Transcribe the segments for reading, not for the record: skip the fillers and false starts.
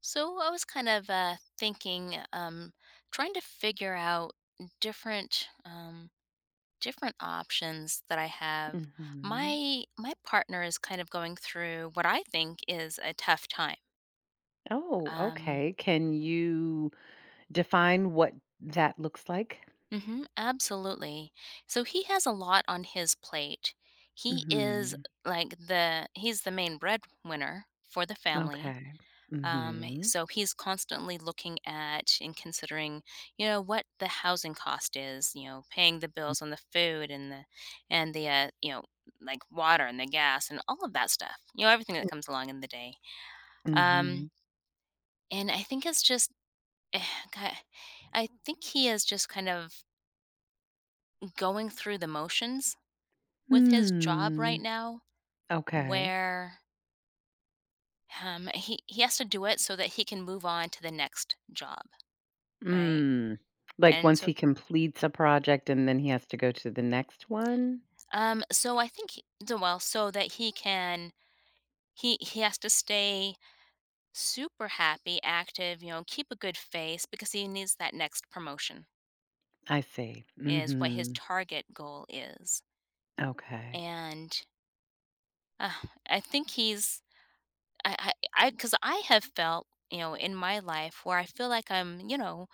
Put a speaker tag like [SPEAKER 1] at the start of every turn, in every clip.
[SPEAKER 1] So I was kind of thinking, trying to figure out different different options that I have.
[SPEAKER 2] hmm
[SPEAKER 1] My partner is kind of going through what I think is a tough time.
[SPEAKER 2] Oh,
[SPEAKER 1] Um,
[SPEAKER 2] okay. Can you define what that looks like?
[SPEAKER 1] hmm, absolutely. So he has a lot on his plate. He is
[SPEAKER 2] Hmm.
[SPEAKER 1] like the he's the main breadwinner for the family.
[SPEAKER 2] Okay.
[SPEAKER 1] Um,
[SPEAKER 2] Hmm.
[SPEAKER 1] so he's constantly looking at and considering, what the housing cost is, paying the bills on the food and the like water and the gas and all of that stuff. Everything that comes along in the day.
[SPEAKER 2] Hmm.
[SPEAKER 1] Um, and I think it's just eh, God, I think he is just kind of going through the motions with his job right
[SPEAKER 2] Mm.
[SPEAKER 1] now,
[SPEAKER 2] Okay.
[SPEAKER 1] where he has to do it so that he can move on to the next job, right?
[SPEAKER 2] Mm. Like
[SPEAKER 1] And
[SPEAKER 2] once
[SPEAKER 1] so
[SPEAKER 2] he completes a project and then he has to go to the next one?
[SPEAKER 1] I think he d well, so that he can he has to stay super happy, active, keep a good face because he needs that next promotion
[SPEAKER 2] I see.
[SPEAKER 1] is what his
[SPEAKER 2] Hmm.
[SPEAKER 1] target goal is.
[SPEAKER 2] Okay.
[SPEAKER 1] And, uh, I think he's I because I have felt, in my life where I feel like I'm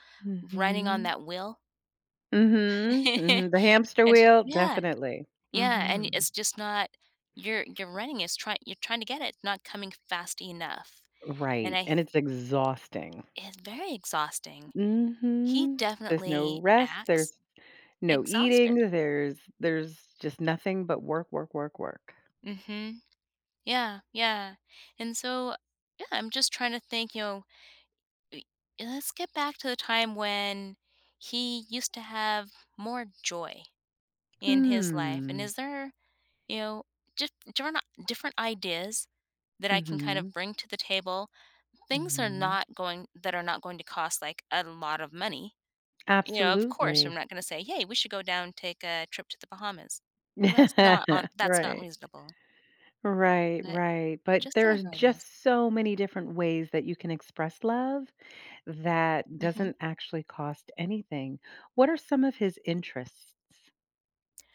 [SPEAKER 1] running on
[SPEAKER 2] Hmm.
[SPEAKER 1] that wheel.
[SPEAKER 2] Hmm. Hmm. The hamster
[SPEAKER 1] And
[SPEAKER 2] wheel,
[SPEAKER 1] yeah,
[SPEAKER 2] definitely.
[SPEAKER 1] yeah, and
[SPEAKER 2] Hmm.
[SPEAKER 1] it's just not you're running, it's trying you're trying to get it, it's not coming fast enough. And
[SPEAKER 2] Right.
[SPEAKER 1] I
[SPEAKER 2] And it's exhausting.
[SPEAKER 1] It's very exhausting. He
[SPEAKER 2] Mhm. There's no
[SPEAKER 1] definitely
[SPEAKER 2] rest,
[SPEAKER 1] acts
[SPEAKER 2] there's no
[SPEAKER 1] exhausted.
[SPEAKER 2] eating, there's just nothing but work, work, work, work.
[SPEAKER 1] Mhm. Yeah, yeah. And so, yeah, I'm just trying to think, you know, e let's get back to the time when he used to have more joy in his life, and
[SPEAKER 2] Hmm.
[SPEAKER 1] is there, you know, just different ideas that I can kind of
[SPEAKER 2] Mhm.
[SPEAKER 1] bring to the table, things are
[SPEAKER 2] Mhm.
[SPEAKER 1] not going that are not going to cost, like, a lot of money. You know, of course, I'm
[SPEAKER 2] Absolutely.
[SPEAKER 1] not gonna say, "Hey, we should go down, take a trip to the Bahamas." Well, that's not
[SPEAKER 2] Right.
[SPEAKER 1] reasonable,
[SPEAKER 2] Right,
[SPEAKER 1] but
[SPEAKER 2] right, but
[SPEAKER 1] just some
[SPEAKER 2] there's
[SPEAKER 1] other ideas.
[SPEAKER 2] just so many different ways that you can express love that
[SPEAKER 1] Mhm.
[SPEAKER 2] doesn't actually cost anything. What are some of his interests?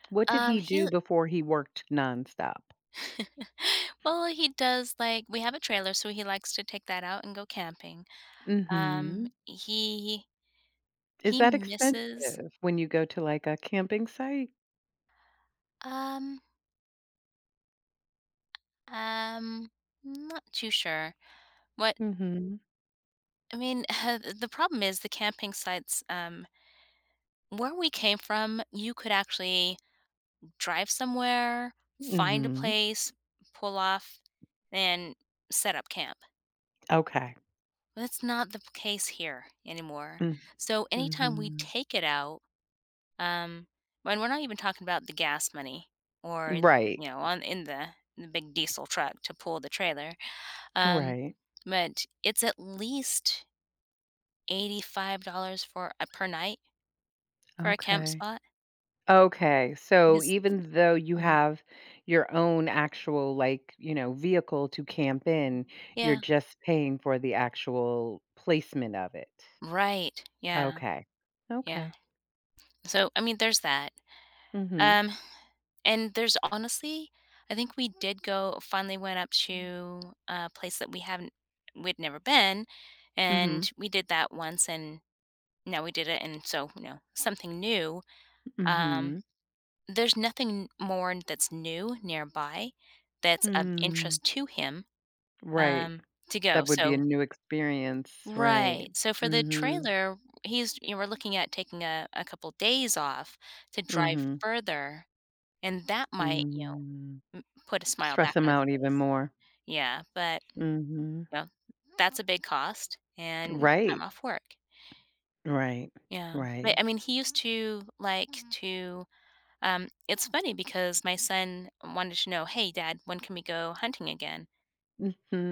[SPEAKER 2] What did he
[SPEAKER 1] He
[SPEAKER 2] do before he worked nonstop?
[SPEAKER 1] well, he does like we have a trailer, so he likes to take that out and go camping.
[SPEAKER 2] Mm.
[SPEAKER 1] Um,
[SPEAKER 2] Mhm.
[SPEAKER 1] he
[SPEAKER 2] Is
[SPEAKER 1] he
[SPEAKER 2] that
[SPEAKER 1] misses,
[SPEAKER 2] expensive when you go to, like, a camping site?
[SPEAKER 1] um um, not too sure what.
[SPEAKER 2] Mhm.
[SPEAKER 1] I mean, the problem is the camping sites, where we came from, you could actually drive somewhere, find a
[SPEAKER 2] Mhm.
[SPEAKER 1] place, pull off, and set up camp.
[SPEAKER 2] Okay.
[SPEAKER 1] But that's not the case here anymore.
[SPEAKER 2] Mm.
[SPEAKER 1] So anytime we
[SPEAKER 2] Mhm.
[SPEAKER 1] take it out, um, and we're not even talking about the gas money or
[SPEAKER 2] Right.
[SPEAKER 1] on in the big diesel truck to pull the trailer, um,
[SPEAKER 2] Right.
[SPEAKER 1] but it's at least $85 for a per night for a camp
[SPEAKER 2] Okay.
[SPEAKER 1] spot.
[SPEAKER 2] Okay, so
[SPEAKER 1] Because,
[SPEAKER 2] even though you
[SPEAKER 1] mm,
[SPEAKER 2] have your own actual, like, you know, vehicle to camp in, you're
[SPEAKER 1] yeah,
[SPEAKER 2] just paying for the actual placement of it.
[SPEAKER 1] right, yeah,
[SPEAKER 2] Okay.
[SPEAKER 1] yeah.
[SPEAKER 2] Okay.
[SPEAKER 1] So I mean, there's that.
[SPEAKER 2] Mhm.
[SPEAKER 1] Um, And there's honestly I think we did go finally went up to a place that we'd never been,
[SPEAKER 2] Mhm.
[SPEAKER 1] and we did that once, and now we did it, and so, you know, something new. Um,
[SPEAKER 2] Mhm.
[SPEAKER 1] there's nothing more that's new nearby that's of
[SPEAKER 2] Hmm.
[SPEAKER 1] interest to him,
[SPEAKER 2] Right.
[SPEAKER 1] um, to go,
[SPEAKER 2] That would be a
[SPEAKER 1] so
[SPEAKER 2] new experience, right.
[SPEAKER 1] right, so for the
[SPEAKER 2] Mhm.
[SPEAKER 1] trailer, he's you know, we're looking at taking a couple days off to drive
[SPEAKER 2] Mhm.
[SPEAKER 1] further, and that might, you know
[SPEAKER 2] Mm.
[SPEAKER 1] M put a smile back
[SPEAKER 2] Them
[SPEAKER 1] on his
[SPEAKER 2] out even
[SPEAKER 1] face.
[SPEAKER 2] more.
[SPEAKER 1] Yeah, but,
[SPEAKER 2] Mhm.
[SPEAKER 1] you know, that's a big cost and time
[SPEAKER 2] Right.
[SPEAKER 1] off work.
[SPEAKER 2] Right.
[SPEAKER 1] Yeah,
[SPEAKER 2] Right.
[SPEAKER 1] but, I mean, he used to like to, it's funny because my son wanted to know, "Hey, dad, when can we go hunting again?"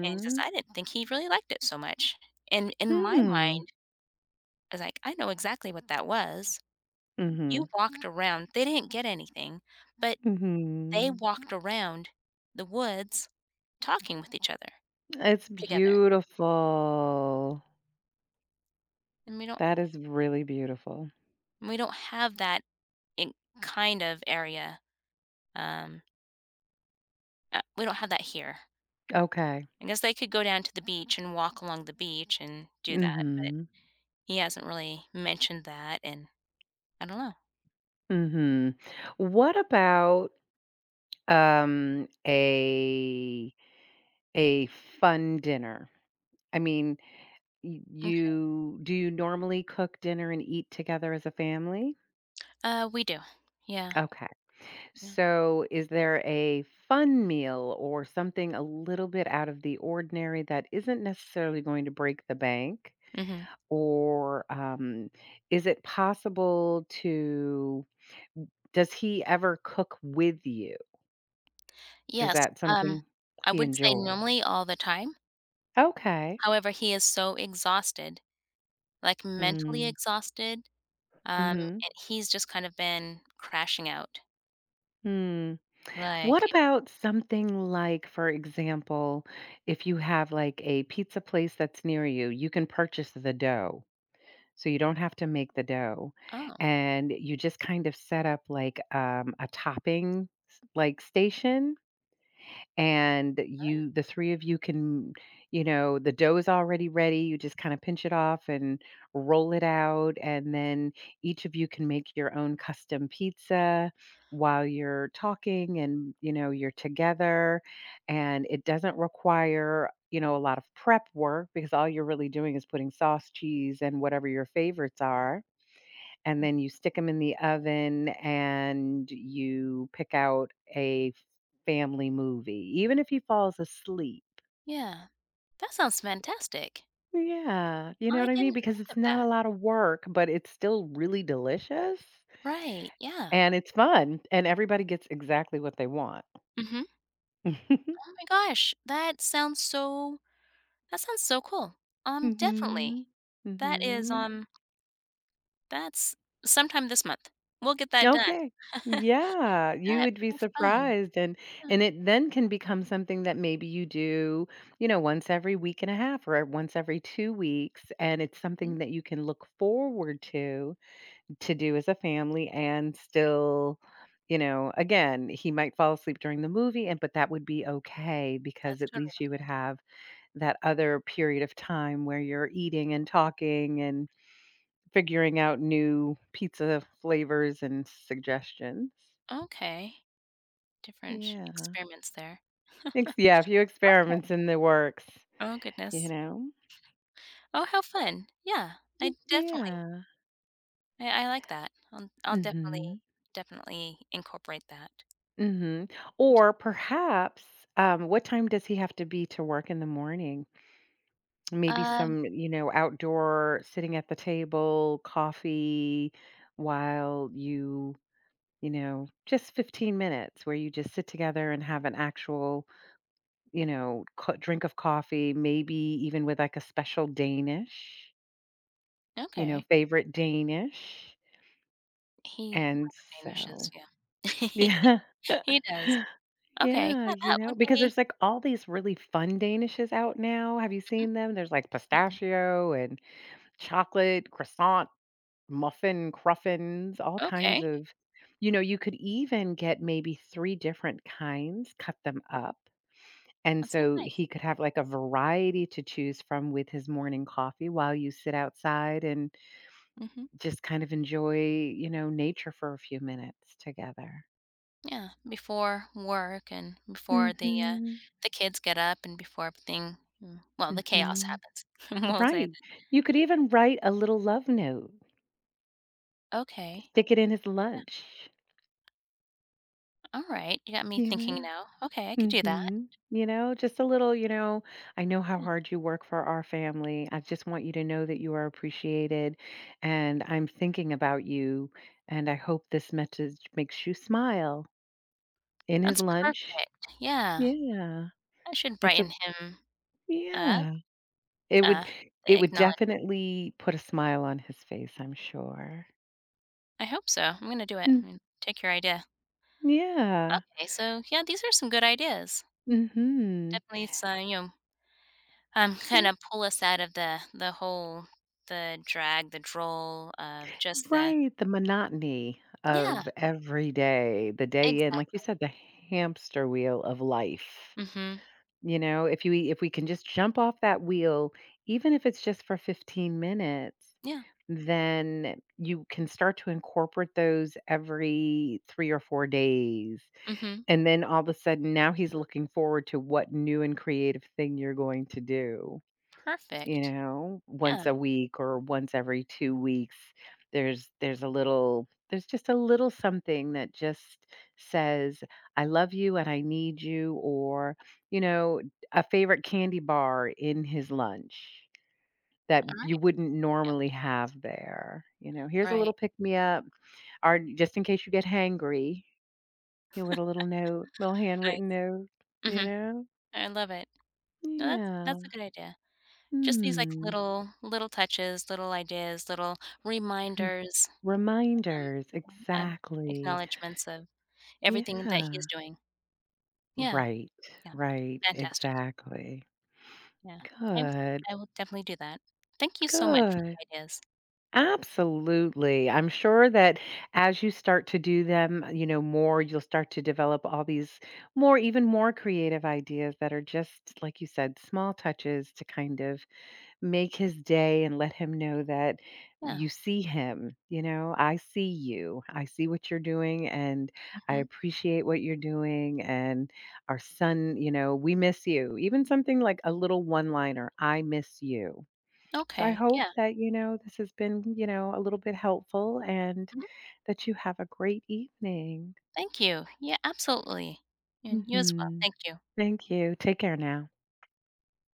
[SPEAKER 1] And he says, "I didn't think he really liked it so much." And in my
[SPEAKER 2] Mm.
[SPEAKER 1] mind, I was like, "I know exactly what that was. You
[SPEAKER 2] Mhm.
[SPEAKER 1] walked around" they didn't get anything, but they
[SPEAKER 2] Mhm.
[SPEAKER 1] walked around the woods talking with each other
[SPEAKER 2] It's
[SPEAKER 1] together,
[SPEAKER 2] beautiful.
[SPEAKER 1] and
[SPEAKER 2] That is really beautiful.
[SPEAKER 1] we don't have that in mm kind of area. Um, we don't have that here.
[SPEAKER 2] Okay.
[SPEAKER 1] I guess they could go down to the beach and walk along the beach and do that, but
[SPEAKER 2] Mhm.
[SPEAKER 1] he hasn't really mentioned that, and I don't know.
[SPEAKER 2] Mhm. What about, um, a a fun dinner? I mean, Y
[SPEAKER 1] Okay.
[SPEAKER 2] you do you normally cook dinner and eat together as a family?
[SPEAKER 1] We do. Yeah.
[SPEAKER 2] Okay.
[SPEAKER 1] Yeah.
[SPEAKER 2] So is there a fun meal or something a little bit out of the ordinary that isn't necessarily going to break the bank?
[SPEAKER 1] Mhm.
[SPEAKER 2] Or, is it possible to does he ever cook with you? Is
[SPEAKER 1] Yes.
[SPEAKER 2] that
[SPEAKER 1] Um,
[SPEAKER 2] something
[SPEAKER 1] I
[SPEAKER 2] he
[SPEAKER 1] would say
[SPEAKER 2] enjoys?
[SPEAKER 1] normally all the time.
[SPEAKER 2] Okay.
[SPEAKER 1] However, he is so exhausted, like mentally
[SPEAKER 2] Mm.
[SPEAKER 1] exhausted,
[SPEAKER 2] Mhm.
[SPEAKER 1] and he's just kind of been crashing out.
[SPEAKER 2] Hmm.
[SPEAKER 1] Like,
[SPEAKER 2] What about something like, for example, if you have like a pizza place that's near you, you can purchase the dough. So you don't have to make the dough.
[SPEAKER 1] oh,
[SPEAKER 2] And you just kind of set up like, a topping like station, and
[SPEAKER 1] really?
[SPEAKER 2] you the three of you can, you know, the dough is already ready, you just kind of pinch it off and roll it out, and then each of you can make your own custom pizza while you're talking, and you know, you're together, and it doesn't require, you know, a lot of prep work, because all you're really doing is putting sauce, cheese, and whatever your favorites are, and then you stick them in the oven and you pick out a family movie, even if he falls asleep.
[SPEAKER 1] Yeah. That sounds fantastic.
[SPEAKER 2] Yeah, you know
[SPEAKER 1] I
[SPEAKER 2] what I mean?
[SPEAKER 1] didn't
[SPEAKER 2] Because
[SPEAKER 1] think
[SPEAKER 2] it's
[SPEAKER 1] of
[SPEAKER 2] not a
[SPEAKER 1] that.
[SPEAKER 2] lot of work, but it's still really delicious,
[SPEAKER 1] Right, yeah.
[SPEAKER 2] and it's fun, and everybody gets exactly what they want.
[SPEAKER 1] Mhm. Oh my gosh, that sounds so cool. Definitely.
[SPEAKER 2] Mhm.
[SPEAKER 1] That is,
[SPEAKER 2] Mhm.
[SPEAKER 1] that's sometime this month. We'll get that done.
[SPEAKER 2] Okay.
[SPEAKER 1] That'd
[SPEAKER 2] Yeah, you would be
[SPEAKER 1] be fun.
[SPEAKER 2] surprised, and
[SPEAKER 1] Yeah,
[SPEAKER 2] it then can become something that maybe you do, you know, once every week and a half or once every 2 weeks, and it's
[SPEAKER 1] mhm,
[SPEAKER 2] something that you can look forward to do as a family, and still, you know, again, he might fall asleep during the movie, and but that would be okay because
[SPEAKER 1] that's
[SPEAKER 2] at least
[SPEAKER 1] totally
[SPEAKER 2] you would have that other period of time where you're eating and talking and figuring out new pizza flavors and suggestions.
[SPEAKER 1] okay, different
[SPEAKER 2] Yeah.
[SPEAKER 1] experiments there.
[SPEAKER 2] Ex yeah, a few experiments
[SPEAKER 1] Okay.
[SPEAKER 2] in the works,
[SPEAKER 1] Oh
[SPEAKER 2] you
[SPEAKER 1] goodness.
[SPEAKER 2] know?
[SPEAKER 1] Oh, how fun. Yeah, I definitely
[SPEAKER 2] Yeah.
[SPEAKER 1] I like that. I'll definitely,
[SPEAKER 2] Mhm.
[SPEAKER 1] definitely incorporate that.
[SPEAKER 2] Mhm. Or perhaps, what time does he have to be to work in the morning? Maybe
[SPEAKER 1] Um,
[SPEAKER 2] some, you know, outdoor sitting at the table, coffee, while you know, just 15 minutes where you just sit together and have an actual, you know, co drink of coffee, maybe even with, like, a special Danish, you know,
[SPEAKER 1] okay.
[SPEAKER 2] favorite Danish,
[SPEAKER 1] He
[SPEAKER 2] and
[SPEAKER 1] likes
[SPEAKER 2] so.
[SPEAKER 1] Danish, yeah.
[SPEAKER 2] Yeah.
[SPEAKER 1] He does. Okay,
[SPEAKER 2] Yeah,
[SPEAKER 1] yeah,
[SPEAKER 2] you
[SPEAKER 1] that
[SPEAKER 2] know,
[SPEAKER 1] would
[SPEAKER 2] because
[SPEAKER 1] be
[SPEAKER 2] there's, like, all these really fun Danishes out now, have you
[SPEAKER 1] mhm,
[SPEAKER 2] seen them? There's, like,
[SPEAKER 1] mhm.
[SPEAKER 2] pistachio and chocolate, croissant, muffin, cruffins, all kinds
[SPEAKER 1] Okay,
[SPEAKER 2] of, you know, you could even get maybe 3 different kinds, cut them up. And
[SPEAKER 1] that sounds
[SPEAKER 2] so
[SPEAKER 1] nice.
[SPEAKER 2] he could have like a variety to choose from with his morning coffee while you sit outside and
[SPEAKER 1] Mhm,
[SPEAKER 2] just kind of enjoy, you know, nature for a few minutes together.
[SPEAKER 1] yeah, before work and before
[SPEAKER 2] Mhm.
[SPEAKER 1] the kids get up and before everything mm, well, the chaos
[SPEAKER 2] Mhm.
[SPEAKER 1] happens. We'll say
[SPEAKER 2] Right.
[SPEAKER 1] that.
[SPEAKER 2] You could even write a little love note,
[SPEAKER 1] Okay,
[SPEAKER 2] stick it in his
[SPEAKER 1] yeah,
[SPEAKER 2] lunch,
[SPEAKER 1] alright, you got me
[SPEAKER 2] you
[SPEAKER 1] thinking
[SPEAKER 2] know?
[SPEAKER 1] now. Okay, I could do that.
[SPEAKER 2] Mhm. You know, just a little, you know, I know how hard you work for our family. I just want you to know that you are appreciated, and I'm thinking about you. And I hope this message makes you smile in his
[SPEAKER 1] That's
[SPEAKER 2] lunch.
[SPEAKER 1] perfect, yeah.
[SPEAKER 2] Yeah.
[SPEAKER 1] I should
[SPEAKER 2] It's a,
[SPEAKER 1] brighten him up,
[SPEAKER 2] yeah. It would,
[SPEAKER 1] uh, they
[SPEAKER 2] it would
[SPEAKER 1] acknowledge
[SPEAKER 2] definitely put a smile on his face, I'm sure.
[SPEAKER 1] I hope so, I'm gonna do it,
[SPEAKER 2] Mm,
[SPEAKER 1] I'm take your idea.
[SPEAKER 2] yeah.
[SPEAKER 1] Okay, so, yeah, these are some good ideas.
[SPEAKER 2] Mm hmm.
[SPEAKER 1] Definitely some, you know kinda pull us out of the whole the drag, the droll of just the
[SPEAKER 2] Right, the monotony
[SPEAKER 1] yeah,
[SPEAKER 2] of every day, the day in, like you
[SPEAKER 1] exactly.
[SPEAKER 2] said, the hamster wheel of life.
[SPEAKER 1] Mhm.
[SPEAKER 2] You know, if you e, if we can just jump off that wheel, even if it's just for 15 minutes,
[SPEAKER 1] Yeah.
[SPEAKER 2] then you can start to incorporate those every 3 or 4 days.
[SPEAKER 1] Mhm.
[SPEAKER 2] And then all of a sudden now he's looking forward to what new and creative thing you're going to do. You
[SPEAKER 1] Perfect.
[SPEAKER 2] know,
[SPEAKER 1] Yeah,
[SPEAKER 2] once a week or once every 2 weeks, there's a little, there's just a little something that just says, "I love you and I need you," or, you know, a favorite candy bar in his lunch that you
[SPEAKER 1] alright.
[SPEAKER 2] wouldn't
[SPEAKER 1] Yeah.
[SPEAKER 2] normally have there. You know, "Here's a
[SPEAKER 1] Right.
[SPEAKER 2] little pick me up," or just in case you get hangry, you know, with a little note, little
[SPEAKER 1] Nice.
[SPEAKER 2] handwritten note, you
[SPEAKER 1] Mhm.
[SPEAKER 2] know?
[SPEAKER 1] I love it. No,
[SPEAKER 2] Yeah.
[SPEAKER 1] that's a good idea. Just these, like,
[SPEAKER 2] Mm.
[SPEAKER 1] little little touches, little ideas, little reminders, um,
[SPEAKER 2] Reminders,
[SPEAKER 1] um,
[SPEAKER 2] exactly.
[SPEAKER 1] acknowledgments of
[SPEAKER 2] Yeah.
[SPEAKER 1] everything that he's doing. Yeah,
[SPEAKER 2] Right,
[SPEAKER 1] yeah.
[SPEAKER 2] right,
[SPEAKER 1] Fantastic.
[SPEAKER 2] exactly.
[SPEAKER 1] Yeah. I
[SPEAKER 2] Good,
[SPEAKER 1] I will definitely do that. Thank you so much for
[SPEAKER 2] good.
[SPEAKER 1] the ideas.
[SPEAKER 2] Absolutely. I'm sure that as you start to do them, you know, more, you'll start to develop all these more even more creative ideas that are just, like you said, small touches to kind of make his day and let him know that
[SPEAKER 1] Yeah.
[SPEAKER 2] you see him, you know, "I see you. I see what you're doing, and I
[SPEAKER 1] Mhm.
[SPEAKER 2] appreciate what you're doing, and our son, you know, we miss you." Even something like a little one-liner, "I miss you." So I
[SPEAKER 1] Okay.
[SPEAKER 2] hope
[SPEAKER 1] Yeah.
[SPEAKER 2] that, you know, this has been, you know, a little bit helpful, and
[SPEAKER 1] Mhm.
[SPEAKER 2] that you have a great evening.
[SPEAKER 1] Thank you. Yeah, absolutely. And you as well.
[SPEAKER 2] Mhm.
[SPEAKER 1] Thank you.
[SPEAKER 2] Thank you. Take care now.